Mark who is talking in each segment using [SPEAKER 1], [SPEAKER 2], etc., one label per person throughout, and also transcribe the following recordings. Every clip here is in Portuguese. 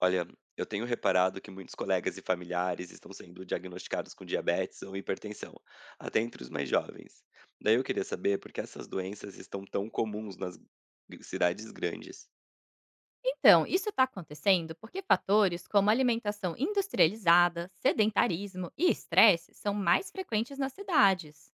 [SPEAKER 1] Olha, eu tenho reparado que muitos colegas e familiares estão sendo diagnosticados com diabetes ou hipertensão, até entre os mais jovens. Daí eu queria saber por que essas doenças estão tão comuns nas cidades grandes.
[SPEAKER 2] Então, isso está acontecendo porque fatores como alimentação industrializada, sedentarismo e estresse são mais frequentes nas cidades.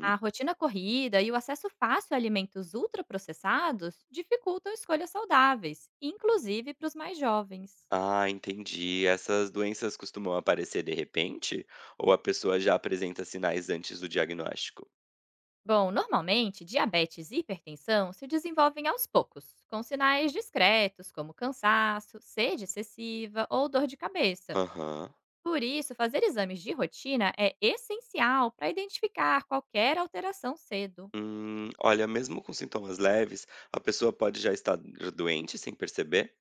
[SPEAKER 2] A rotina corrida e o acesso fácil a alimentos ultraprocessados dificultam escolhas saudáveis, inclusive para os mais jovens.
[SPEAKER 1] Ah, entendi. Essas doenças costumam aparecer de repente? Ou a pessoa já apresenta sinais antes do diagnóstico?
[SPEAKER 2] Bom, normalmente, diabetes e hipertensão se desenvolvem aos poucos, com sinais discretos como cansaço, sede excessiva ou dor de cabeça.
[SPEAKER 1] Aham.
[SPEAKER 2] Por isso, fazer exames de rotina é essencial para identificar qualquer alteração cedo.
[SPEAKER 1] Olha, mesmo com sintomas leves, a pessoa pode já estar doente sem perceber?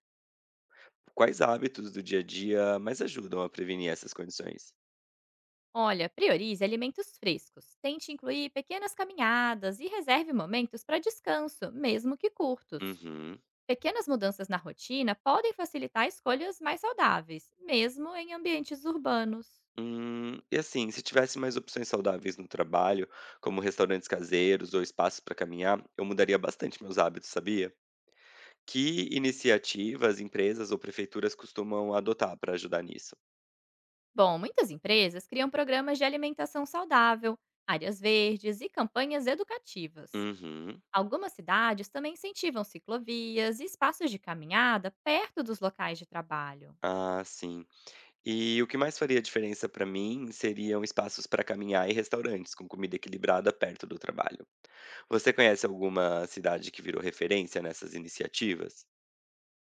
[SPEAKER 1] Quais hábitos do dia a dia mais ajudam a prevenir essas condições?
[SPEAKER 2] Olha, priorize alimentos frescos, tente incluir pequenas caminhadas e reserve momentos para descanso, mesmo que curtos.
[SPEAKER 1] Uhum.
[SPEAKER 2] Pequenas mudanças na rotina podem facilitar escolhas mais saudáveis, mesmo em ambientes urbanos.
[SPEAKER 1] E assim, se tivesse mais opções saudáveis no trabalho, como restaurantes caseiros ou espaços para caminhar, eu mudaria bastante meus hábitos, sabia? Que iniciativas, empresas ou prefeituras costumam adotar para ajudar nisso?
[SPEAKER 2] Bom, muitas empresas criam programas de alimentação saudável, áreas verdes e campanhas educativas.
[SPEAKER 1] Uhum.
[SPEAKER 2] Algumas cidades também incentivam ciclovias e espaços de caminhada perto dos locais de trabalho.
[SPEAKER 1] Ah, sim. E o que mais faria diferença para mim seriam espaços para caminhar e restaurantes com comida equilibrada perto do trabalho. Você conhece alguma cidade que virou referência nessas iniciativas?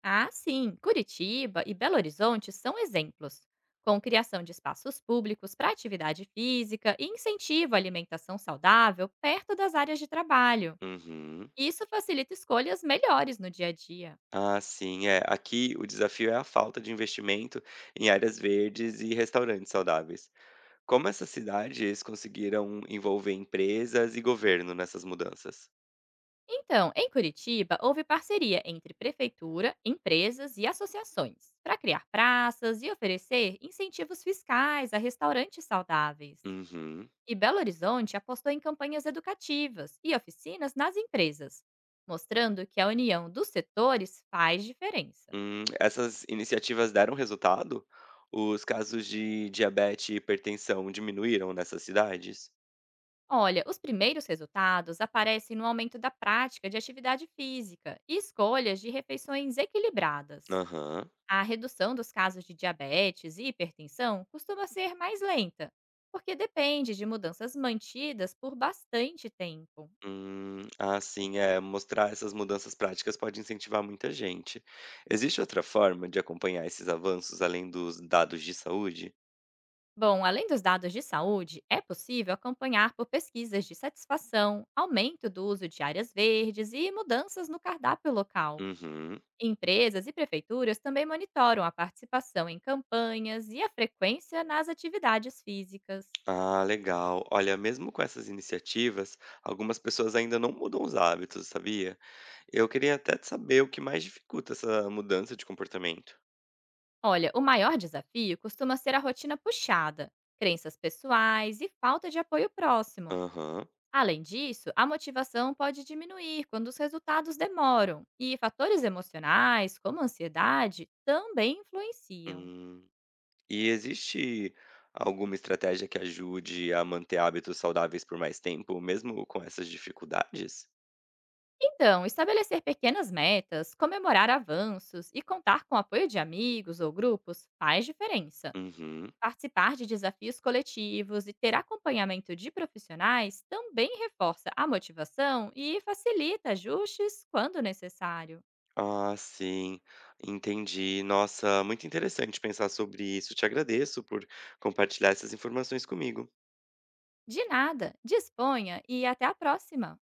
[SPEAKER 2] Ah, sim, Curitiba e Belo Horizonte são exemplos, com criação de espaços públicos para atividade física e incentivo à alimentação saudável perto das áreas de trabalho.
[SPEAKER 1] Uhum.
[SPEAKER 2] Isso facilita escolhas melhores no dia a dia.
[SPEAKER 1] Ah, sim, é. Aqui o desafio é a falta de investimento em áreas verdes e restaurantes saudáveis. Como essas cidades conseguiram envolver empresas e governo nessas mudanças?
[SPEAKER 2] Então, em Curitiba, houve parceria entre prefeitura, empresas e associações para criar praças e oferecer incentivos fiscais a restaurantes saudáveis.
[SPEAKER 1] Uhum.
[SPEAKER 2] E Belo Horizonte apostou em campanhas educativas e oficinas nas empresas, mostrando que a união dos setores faz diferença.
[SPEAKER 1] Essas iniciativas deram resultado? Os casos de diabetes e hipertensão diminuíram nessas cidades?
[SPEAKER 2] Olha, os primeiros resultados aparecem no aumento da prática de atividade física e escolhas de refeições equilibradas.
[SPEAKER 1] Aham.
[SPEAKER 2] A redução dos casos de diabetes e hipertensão costuma ser mais lenta, porque depende de mudanças mantidas por bastante tempo.
[SPEAKER 1] Ah, sim, é. Mostrar essas mudanças práticas pode incentivar muita gente. Existe outra forma de acompanhar esses avanços além dos dados de saúde?
[SPEAKER 2] Bom, além dos dados de saúde, é possível acompanhar por pesquisas de satisfação, aumento do uso de áreas verdes e mudanças no cardápio local.
[SPEAKER 1] Uhum.
[SPEAKER 2] Empresas e prefeituras também monitoram a participação em campanhas e a frequência nas atividades físicas.
[SPEAKER 1] Ah, legal. Olha, mesmo com essas iniciativas, algumas pessoas ainda não mudam os hábitos, sabia? Eu queria até saber o que mais dificulta essa mudança de comportamento.
[SPEAKER 2] Olha, o maior desafio costuma ser a rotina puxada, crenças pessoais e falta de apoio próximo.
[SPEAKER 1] Aham.
[SPEAKER 2] Além disso, a motivação pode diminuir quando os resultados demoram, e fatores emocionais, como a ansiedade, também influenciam.
[SPEAKER 1] Hum. E existe alguma estratégia que ajude a manter hábitos saudáveis por mais tempo, mesmo com essas dificuldades?
[SPEAKER 2] Então, estabelecer pequenas metas, comemorar avanços e contar com o apoio de amigos ou grupos faz diferença.
[SPEAKER 1] Uhum.
[SPEAKER 2] Participar de desafios coletivos e ter acompanhamento de profissionais também reforça a motivação e facilita ajustes quando necessário.
[SPEAKER 1] Ah, sim, entendi. Nossa, muito interessante pensar sobre isso. Te agradeço por compartilhar essas informações comigo.
[SPEAKER 2] De nada, disponha e até a próxima!